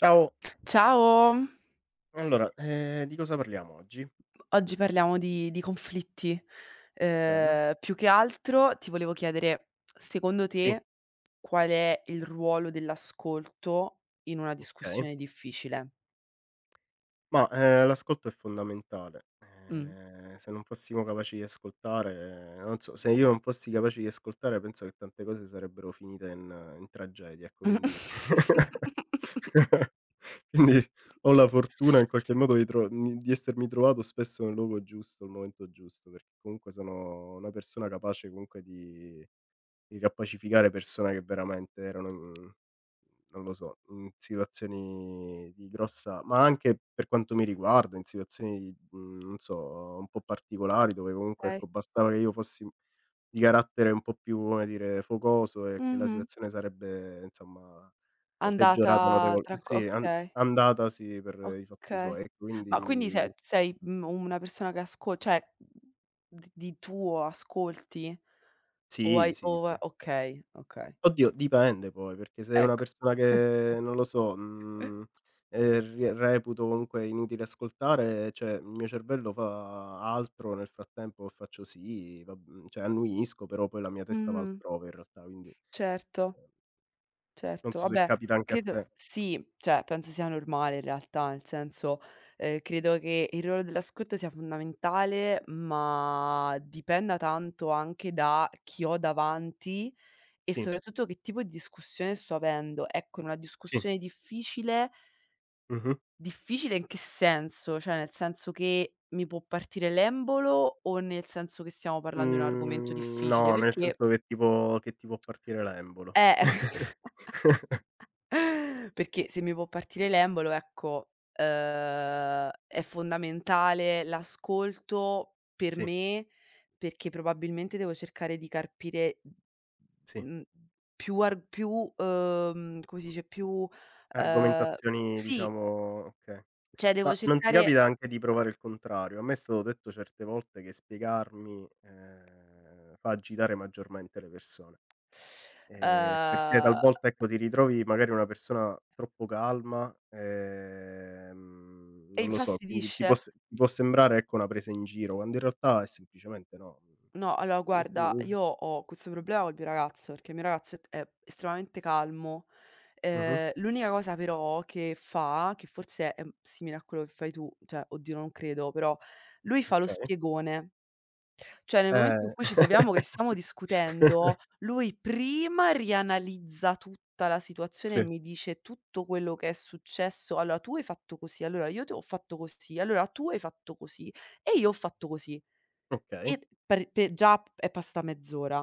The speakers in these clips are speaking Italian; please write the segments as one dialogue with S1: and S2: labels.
S1: Ciao,
S2: Ciao,
S1: allora, di cosa parliamo oggi?
S2: oggi parliamo di conflitti.
S1: Bene?
S2: Più che altro ti volevo chiedere, secondo
S1: Sì,
S2: te qual è il ruolo dell'ascolto in una
S1: okay.
S2: discussione difficile?
S1: Mah, l'ascolto è fondamentale.
S2: Mh.
S1: Se non fossimo capaci di ascoltare, non so, se io non fossi capace di ascoltare penso che tante cose sarebbero finite in tragedia, ecco, quindi quindi ho la fortuna in qualche modo di essermi trovato spesso nel luogo giusto, al momento giusto, perché comunque sono una persona capace comunque di riappacificare persone che veramente erano in, non lo so, in situazioni di grossa, ma anche per quanto mi riguarda, in situazioni, non so, un po' particolari dove comunque,
S2: Okay.
S1: ecco, bastava che io fossi di carattere un po' più, come dire, focoso e che la
S2: Mh-mh.
S1: situazione sarebbe, insomma,
S2: Andata
S1: peggiorata notevol
S2: tranqu
S1: sì, an
S2: Okay.
S1: andata sì, per i fatti
S2: Okay.
S1: suoi. Ecco,
S2: Ma quindi se
S1: quindi
S2: sei, una persona che ascol cioè, d di tuo ascolti? O
S1: sì,
S2: hai
S1: sì,
S2: o a
S1: sì.
S2: Okay, okay,
S1: Oddio, dipende poi, perché se è una
S2: ecco.
S1: persona che, non lo so, mhmm, re reputo comunque inutile ascoltare, cioè il mio cervello fa altro, nel frattempo, e faccio sì, va, cioè annuisco, però poi la mia testa va
S2: Mh-mh.
S1: altrove in realtà, quindi,
S2: Certo,
S1: ehm, non
S2: certo.
S1: so se
S2: Vabbè,
S1: capita anche a
S2: credo
S1: te.
S2: sì, cioè penso sia normale in realtà, nel senso, credo che il ruolo dell'ascolto sia fondamentale, ma dipenda tanto anche da chi ho davanti. E
S1: Sì,
S2: soprattutto che tipo di discussione sto avendo. Ecco, in una
S1: sì,
S2: discussione difficile.
S1: mh-mh.
S2: Difficile in che senso? Cioè, nel senso che mi può partire l'embolo o nel senso che stiamo parlando di un argomento
S1: Mhmm,
S2: difficile?
S1: no, nel
S2: Perché
S1: senso che tipo che ti può partire l'embolo.
S2: eh. Perché se mi può partire l'embolo, ecco, è fondamentale l'ascolto per
S1: Sì,
S2: me, perché probabilmente devo cercare di carpire,
S1: sì.
S2: mhmm, più, come si
S1: Mh,
S2: dice, più
S1: argomentazioni
S2: sì,
S1: diciamo, okay.
S2: cioè devo
S1: Ma non ti
S2: cercare
S1: capita anche di provare il contrario? A me è stato detto certe volte che spiegarmi, fa agitare maggiormente le persone, perché
S2: uhm,
S1: talvolta, ecco, ti ritrovi magari una persona troppo calma,
S2: e
S1: non lo so, quindi ti può
S2: infastidisce?
S1: s ti può sembrare, ecco, una presa in giro, quando in realtà è semplicemente no.
S2: No, allora guarda, io ho questo problema col mio ragazzo, perché il mio ragazzo è estremamente calmo.
S1: Mh-mh,
S2: L'unica cosa però che fa, che forse è, simile a quello che fai tu, cioè oddio non credo, però lui fa lo
S1: okay.
S2: spiegone. Cioè nel
S1: Eh.
S2: momento in cui ci troviamo che stiamo discutendo, lui prima rianalizza tutta la situazione e
S1: Sì,
S2: mi dice tutto quello che è successo: "Allora tu hai fatto così, allora io ti ho fatto così, allora tu hai fatto così e io ho fatto così". Io
S1: okay,
S2: per pe già p è passata mezz'ora.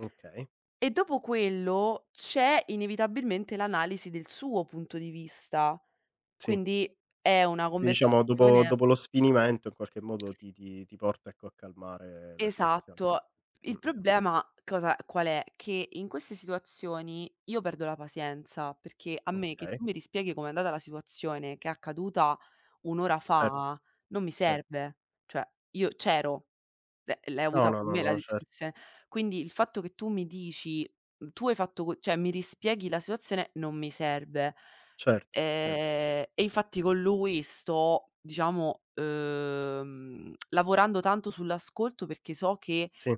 S1: okay,
S2: E dopo quello c'è inevitabilmente l'analisi del suo punto di vista,
S1: sì.
S2: quindi è una
S1: Quindi diciamo, dopo
S2: conversazione.
S1: dopo lo sfinimento, in qualche modo ti porta, ecco, a calmare la situazione.
S2: Esatto.
S1: Mh,
S2: Il
S1: mh, mh.
S2: problema cosa qual è? Che in queste situazioni io perdo la pazienza, perché a me che
S1: Okay,
S2: tu mi rispieghi com'è andata la situazione che è accaduta un'ora
S1: certo,
S2: fa, non mi
S1: cer
S2: serve. Cioè, io c'ero. L'hai
S1: no,
S2: avuta
S1: no,
S2: con
S1: no,
S2: me la
S1: no,
S2: discussione. Quindi il fatto che tu mi dici tu hai fatto co cioè mi rispieghi la situazione non mi serve.
S1: certo, certo.
S2: E infatti con lui sto diciamo, lavorando tanto sull'ascolto perché so che
S1: Sì,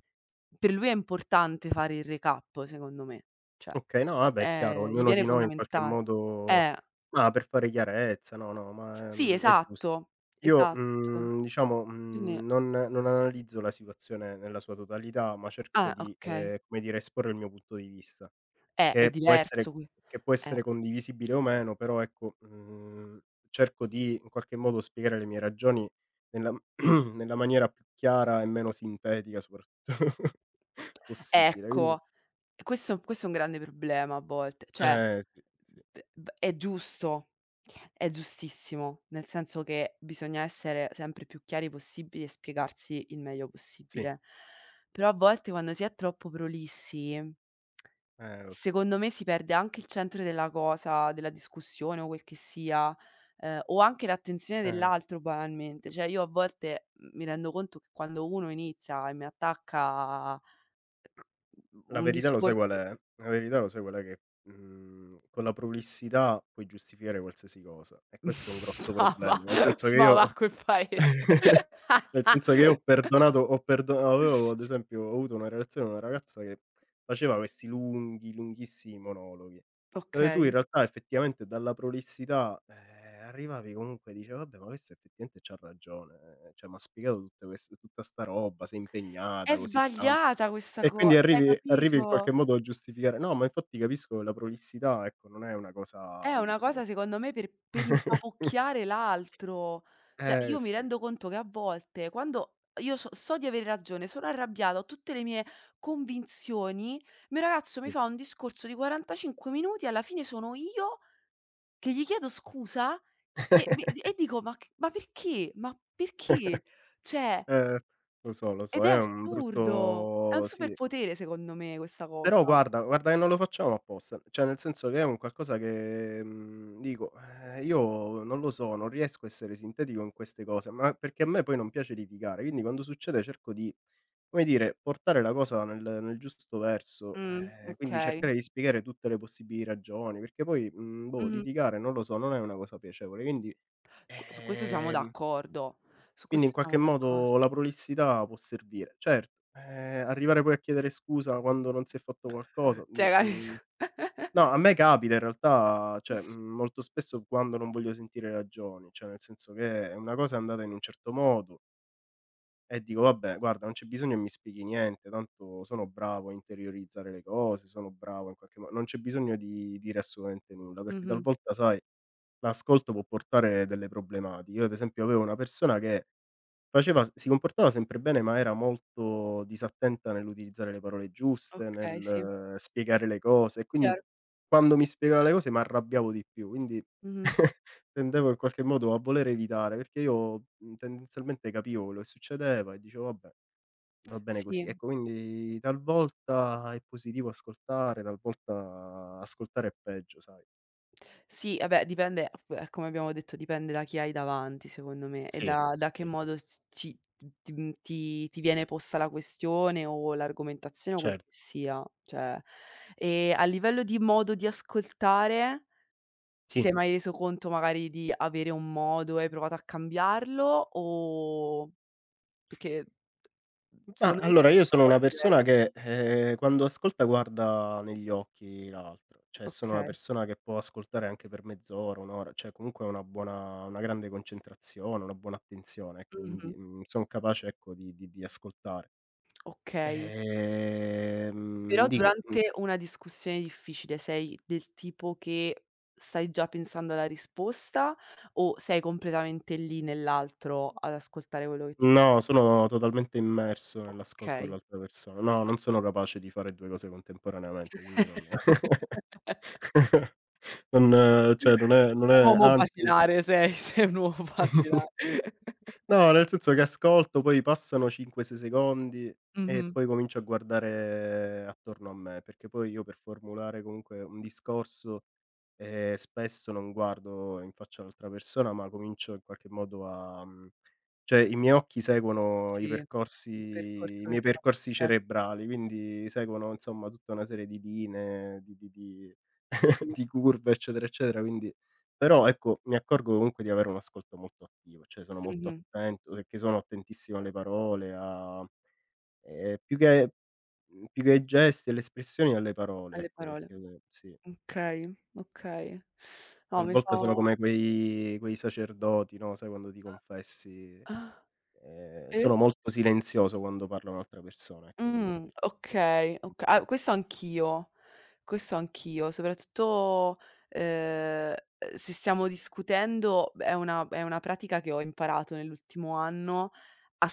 S2: per lui è importante fare il recap secondo me. Cioè,
S1: okay, no vabbè è chiaro,
S2: gli
S1: ognuno
S2: viene
S1: di noi in qualche
S2: fondamentale.
S1: modo,
S2: Eh.
S1: ma per fare chiarezza, no, no, ma,
S2: Sì,
S1: è giusto.
S2: esatto,
S1: Io,
S2: esatto.
S1: diciamo,
S2: Quindi
S1: non analizzo la situazione nella sua totalità, ma cerco
S2: ah,
S1: di,
S2: okay.
S1: come dire, esporre il mio punto di vista.
S2: È
S1: Che può essere
S2: diverso qui
S1: che può
S2: eh.
S1: essere condivisibile o meno, però ecco, cerco di in qualche modo spiegare le mie ragioni nella nella maniera più chiara e meno sintetica soprattutto possibile, quindi
S2: Ecco. E questo è un grande problema a volte, cioè
S1: eh sì, sì,
S2: d b è giusto, è giustissimo, nel senso che bisogna essere sempre più chiari possibili e spiegarsi il meglio
S1: sì,
S2: possibile. Però a volte quando si è troppo prolissi,
S1: lo so,
S2: secondo
S1: lo
S2: me
S1: so.
S2: si perde anche il centro della cosa, della discussione o quel che sia, o anche l'attenzione
S1: Eh,
S2: dell'altro banalmente. Cioè io a volte, mi rendo conto che quando uno inizia e mi attacca
S1: la
S2: un
S1: verità lo sai
S2: discorso.
S1: qual è? La verità lo sai qual è che, con la prolissità puoi giustificare qualsiasi cosa, e questo è un grosso
S2: Ma va,
S1: problema, nel senso che
S2: ma va
S1: io
S2: a quel paese.
S1: nel senso che io ho perdonato ho perdo avevo, ad esempio, ho avuto una relazione con una ragazza che faceva questi lunghi, lunghissimi monologhi, dove tu in
S2: Okay.
S1: realtà, effettivamente, dalla prolissità, arrivavi comunque, dice: "Vabbè, ma questa effettivamente c'ha ragione, cioè m'ha spiegato tutte queste tutta 'sta roba, s'è
S2: È
S1: impegnata così tanto."
S2: sbagliata questa
S1: E
S2: co
S1: quindi
S2: cioè
S1: arrivi in qualche
S2: capito?
S1: modo a giustificare. No, ma infatti capisco che la prolissità, ecco, non è una cosa
S2: È una cosa
S1: utile.
S2: secondo me per impapocchiare l'altro. Cioè
S1: Eh
S2: io mi
S1: sì,
S2: rendo conto che a volte quando io so di avere ragione, sono arrabbiata, ho tutte le mie convinzioni, il mio ragazzo mi
S1: sì.
S2: fa un discorso di 45 minuti, alla fine sono io che gli chiedo scusa e dico: "Ma c ma perché? Ma perché?" Cioè.
S1: Eh, lo
S2: Ed
S1: so,
S2: è
S1: è un
S2: assurdo! È un
S1: brutto sì,
S2: superpotere secondo me questa
S1: però
S2: cosa.
S1: guarda che non lo facciamo apposta, cioè nel senso che è un qualcosa che, dico, io non lo so, non riesco a essere sintetico in queste cose, ma perché a me poi non piace litigare, quindi quando succede cerco di, come dire, portare la cosa nel giusto verso, quindi
S2: Okay.
S1: cercare di spiegare tutte le possibili ragioni, perché poi, boh,
S2: Mh-mh.
S1: litigare non lo so, non è una cosa piacevole,
S2: Q Su questo siamo
S1: ehm
S2: d'accordo, su
S1: quindi
S2: questo
S1: in qualche
S2: siamo
S1: modo
S2: d'accordo.
S1: la prolissità può servire. Certo, arrivare poi a chiedere scusa quando non si è fatto qualcosa,
S2: Cioè
S1: dico, mhmm
S2: capito?
S1: no, a me capita in realtà, cioè, molto spesso quando non voglio sentire ragioni, cioè nel senso che una cosa è andata in un certo modo e dico: "Vabbè guarda, non c'è bisogno che mi spieghi niente, tanto sono bravo a interiorizzare le cose, sono bravo in qualche mo non c'è bisogno di dire assolutamente nulla", perché
S2: Mh-mh.
S1: talvolta sai, l'ascolto può portare delle problematiche. Io, ad esempio, avevo una persona che Faceva s si comportava sempre bene, ma era molto disattenta nell'utilizzare le parole giuste,
S2: Okay, sì,
S1: nel spiegare le cose, e quindi
S2: chiaro.
S1: quando mi spiegava le cose m'arrabbiavo di più, quindi
S2: Mh-mh.
S1: tendevo in qualche modo a voler evitare, perché io, tendenzialmente capivo quello che succedeva e dicevo: "Vabbè, va bene così".
S2: Sì.
S1: Ecco, quindi talvolta è positivo ascoltare, talvolta ascoltare è peggio, sai?
S2: Sì, vabbè dipende ap come abbiamo detto dipende da chi hai davanti secondo me e
S1: Sì,
S2: da che
S1: sì,
S2: modo s ci ti mhmm, ti viene posta la questione o l'argomentazione o quel che
S1: cer
S2: sia. Cioè, a livello di modo di ascoltare. Ti
S1: sì.
S2: sei mai reso conto magari di avere un modo e hai provato a cambiarlo o perché
S1: Ma
S2: secondo me ci
S1: allora io
S2: sono
S1: sono una
S2: modi diver
S1: persona che, quando ascolta guarda negli occhi l'altro, cioè sono una
S2: okay.
S1: persona che può ascoltare anche per mezz'ora, 1 ora, cioè comunque ho una buona, una grande concentrazione, una buona attenzione, ecco, quindi,
S2: Mh-mh.
S1: son capace, ecco, di di ascoltare.
S2: Okay. Però
S1: Dico, mhmm
S2: durante una discussione difficile sei del tipo che stai già pensando alla risposta o sei completamente lì nell'altro ad ascoltare quello che ti
S1: no, sono totalmente immerso nell'ascolto
S2: okay.
S1: dell'altra persona. No, non sono capace di fare 2 cose contemporaneamente, quindi non non cioè non è,
S2: Un uomo
S1: anzi.
S2: basilare sei, sei un uomo basilare.
S1: No, nel senso che ascolto, poi passano 5, 6 secondi e
S2: Mh-mh.
S1: poi comincio a guardare attorno a me, perché poi io, per formulare comunque un discorso, spesso non guardo in faccia l'altra persona, ma comincio in qualche modo a cioè i miei occhi seguono
S2: Sì, il
S1: i
S2: percorso che
S1: miei
S2: fa,
S1: percorsi
S2: certo,
S1: cerebrali, quindi seguono insomma tutta una serie di linee, di di
S2: sì.
S1: di curve, eccetera, eccetera, quindi però ecco, mi accorgo comunque di avere un ascolto molto attivo, cioè sono molto
S2: Mh-mh,
S1: attento, perché sono attentissimo alle parole, a più che mhmm, più che ai gesti e alle espressioni, alle parole,
S2: alle
S1: ecco,
S2: parole.
S1: perché sì,
S2: Okay, okay. No mi fa
S1: talvolta sono come quei sacerdoti, no, sai, quando ti confessi,
S2: ah, eh?
S1: sono molto silenzioso quando parla un'altra persona, ecco, quindi
S2: Okay, oka ah, questo anch'io. Questo anch'io, soprattutto, se stiamo discutendo è una pratica che ho imparato nell'ultimo anno,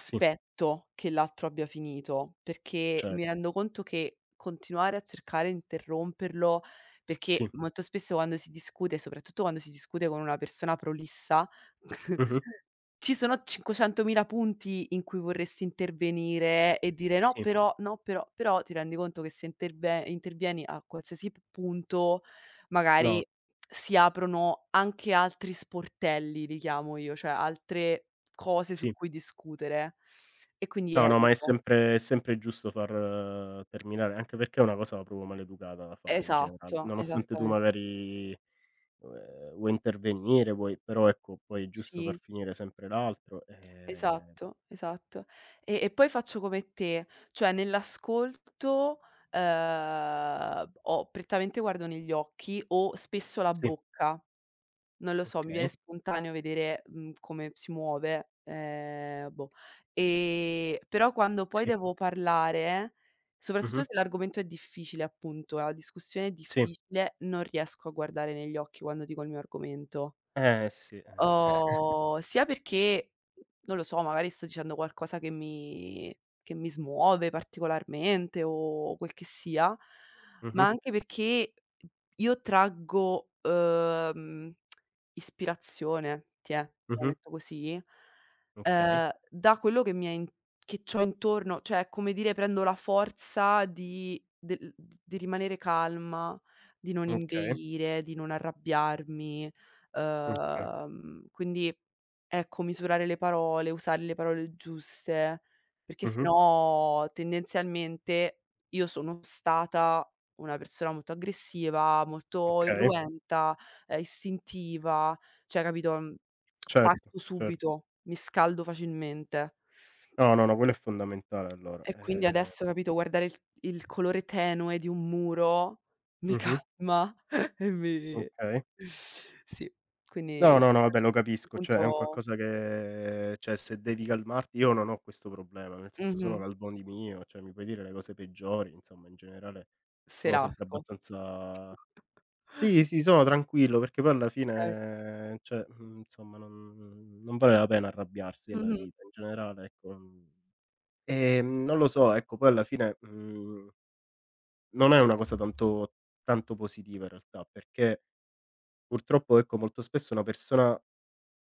S1: sì,
S2: che l'altro abbia finito, perché
S1: cer
S2: mi rendo conto che continuare a cercare di interromperlo perché
S1: sì.
S2: molto spesso quando si discute, soprattutto quando si discute con una persona prolissa.
S1: Mh-mh.
S2: Ci sono 500.000 punti in cui vorresti intervenire e dire: "No
S1: Sì,
S2: però, no però", però ti rendi conto che se interve intervieni a qualsiasi p punto,
S1: no,
S2: magari si aprono anche altri sportelli, li chiamo io, cioè altre cose su
S1: sì.
S2: cui discutere e quindi
S1: No, no, ma è
S2: evito.
S1: sempre è sempre giusto far, terminare, anche perché è una cosa proprio maleducata da fare in generale,
S2: Esatto,
S1: nonostante tu
S2: esattamen
S1: magari, vuoi intervenire, vuoi, però ecco, poi è giusto far
S2: sì.
S1: finire sempre l'altro,
S2: Esatto, esatto. E poi faccio come te, cioè nell'ascolto, o prettamente guardo negli occhi o spesso la
S1: sì,
S2: bocca, non lo so, mi viene
S1: okay,
S2: spontaneo vedere, come si muove, boh. Però quando poi
S1: sì,
S2: devo parlare, soprattutto
S1: mh-mh,
S2: se l'argomento è difficile appunto, la discussione è
S1: sì,
S2: difficile, non riesco a guardare negli occhi quando dico il mio argomento.
S1: eh sì,
S2: Sia perché, non lo so, magari sto dicendo qualcosa che mi smuove particolarmente o quel che sia, ma
S1: mh-mh,
S2: anche perché io traggo, ispirazione, tiè, te la
S1: mh-mh,
S2: metto così,
S1: okay,
S2: da quello che c'ho intorno, cioè è come dire prendo la forza di rimanere calma, di non
S1: okay,
S2: inveire, di non arrabbiarmi.
S1: okay,
S2: Quindi ecco, misurare le parole, usare le parole giuste, perché se
S1: mh-mh,
S2: no tendenzialmente io sono stata una persona molto aggressiva, molto
S1: okay,
S2: irruenta, istintiva, cioè capito,
S1: certo,
S2: parto
S1: certo.
S2: subito, mi scaldo facilmente.
S1: No, no, no, quello è fondamentale, allora,
S2: E quindi adesso, capito, guardare il colore tenue di un muro mi
S1: mh-mh,
S2: calma e mi
S1: okay.
S2: sì, quindi
S1: No, no, no,
S2: a
S1: vabbè lo
S2: questo
S1: capisco, cioè è un
S2: punto
S1: qualcosa che, cioè se devi calmarti io non ho questo problema, nel senso,
S2: mh-mh,
S1: sono l'Alboni mio, cioè mi puoi dire le cose peggiori, insomma, in generale sono sempre
S2: serafico.
S1: abbastanza. Sì, sì, sono tranquillo, perché poi alla
S2: Okay.
S1: fine, cioè, insomma non vale la pena arrabbiarsi nella
S2: Mh-mh.
S1: vita, in generale, ecco, non lo so, ecco, poi alla fine, non è una cosa tanto tanto positiva, in realtà, perché purtroppo, ecco, molto spesso una persona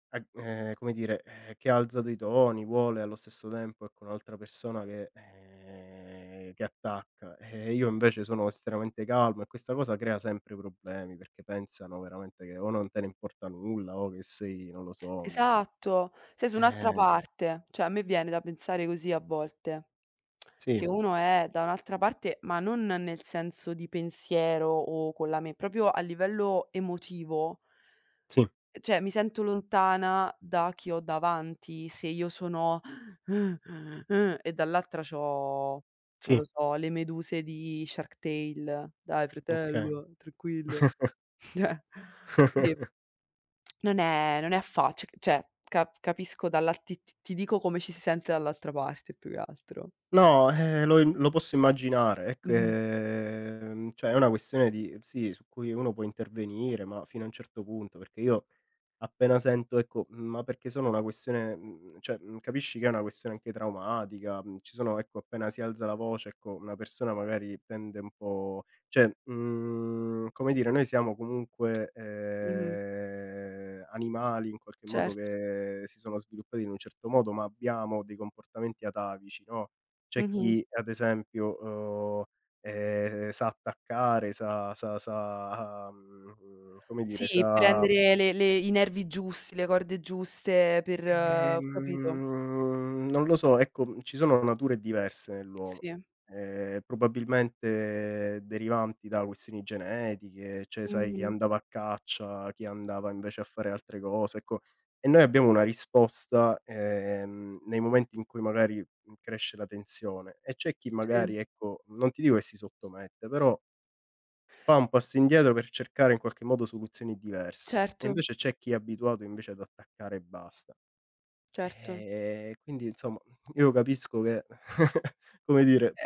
S1: Ag come dire, che alza dei toni, vuole allo stesso tempo, ecco, un'altra persona che, che attacca. E io invece sono estremamente calmo, e questa cosa crea sempre problemi, perché pensano veramente che o non te ne importa nulla, o che sei, non lo so, mhmm
S2: Esatto, sei su un'altra
S1: ehm,
S2: parte. Cioè a me viene da pensare così a volte,
S1: sì,
S2: che uno è da un'altra parte, ma non nel senso di pensiero o con la me proprio a livello emotivo.
S1: sì,
S2: Cioè mi sento lontana da chi ho davanti se io sono e dall'altra c'ho, non
S1: sì,
S2: lo so, le meduse di Shark Tale. "Dai
S1: okay.
S2: fratello, tranquillo." Cioè, quindi non è affac cioè capisco dalla ti ti ti dico come ci si sente dall'altra parte più che altro.
S1: No, lo im lo posso immaginare. È che,
S2: Mh-mh,
S1: cioè è una questione di sì, su cui uno può intervenire, ma fino a un certo punto, perché io appena sento, ecco, ma perché sono una questione, cioè, capisci che è una questione anche traumatica, ci sono, ecco, appena si alza la voce, ecco, una persona magari tende un po', cioè, come dire, noi siamo comunque,
S2: mh-mh,
S1: animali in qualche modo
S2: certo.
S1: che si sono sviluppati in un certo modo, ma abbiamo dei comportamenti atavici, no? C'è
S2: Mh-mh.
S1: chi, ad esempio, uhm, sa attaccare, sa, come dire,
S2: Sì,
S1: sa.
S2: prendere le i nervi giusti, le corde giuste per capito?
S1: Non lo so, ecco, ci sono nature diverse nell'uomo,
S2: Sì.
S1: probabilmente derivanti da questioni genetiche, cioè sai, chi
S2: Mh-mh.
S1: andava a caccia, chi andava invece a fare altre cose, ecco. E noi abbiamo una risposta, nei momenti in cui, magari, cresce la tensione, e c'è chi
S2: Sì,
S1: magari, ecco, non ti dico che si sottomette, però fa un passo indietro per cercare in qualche modo soluzioni diverse, e
S2: certo,
S1: invece c'è chi è abituato invece ad attaccare e basta.
S2: certo.
S1: Quindi insomma io capisco che come dire,
S2: Eh,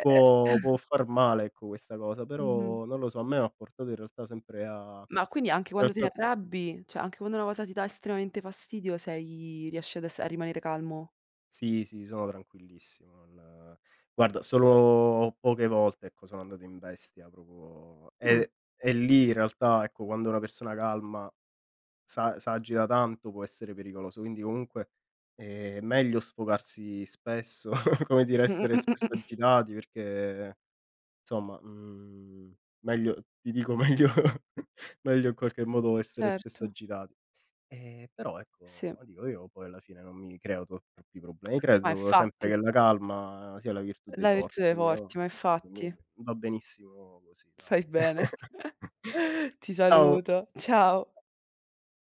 S2: eh,
S1: può far male, ecco, questa cosa,
S2: Mh-mh.
S1: però non lo so, a me m'ha portato in realtà sempre a in
S2: Ma quindi anche quando ti
S1: realtà
S2: arrabbi, cioè anche quando una cosa ti dà estremamente fastidio sei riesci ad ess a rimanere calmo?
S1: sì, sì, sono tranquillissimo, non guarda, solo poche volte, ecco, sono andato in bestia proprio,
S2: Mh.
S1: e lì in realtà, ecco, quando una persona calma sa s'agita tanto, può essere pericoloso, quindi comunque, meglio sfogarsi spesso, come dire,
S2: Mh,
S1: essere
S2: mh, mh,
S1: spesso
S2: mh.
S1: agitati, perché insomma, meglio, ti dico, meglio meglio in qualche modo essere
S2: Certo,
S1: spesso agitati. Però
S2: sì.
S1: ecco, dico, io poi alla fine non mi creo troppi problemi,
S2: Ma
S1: credo sempre
S2: infatti,
S1: che la calma sia la virtù dei
S2: la virtù
S1: forti,
S2: dei
S1: quindi
S2: forti,
S1: io,
S2: ma infatti.
S1: quindi va benissimo così, dai.
S2: Fai bene. Ti
S1: Ciao.
S2: saluto. Ciao.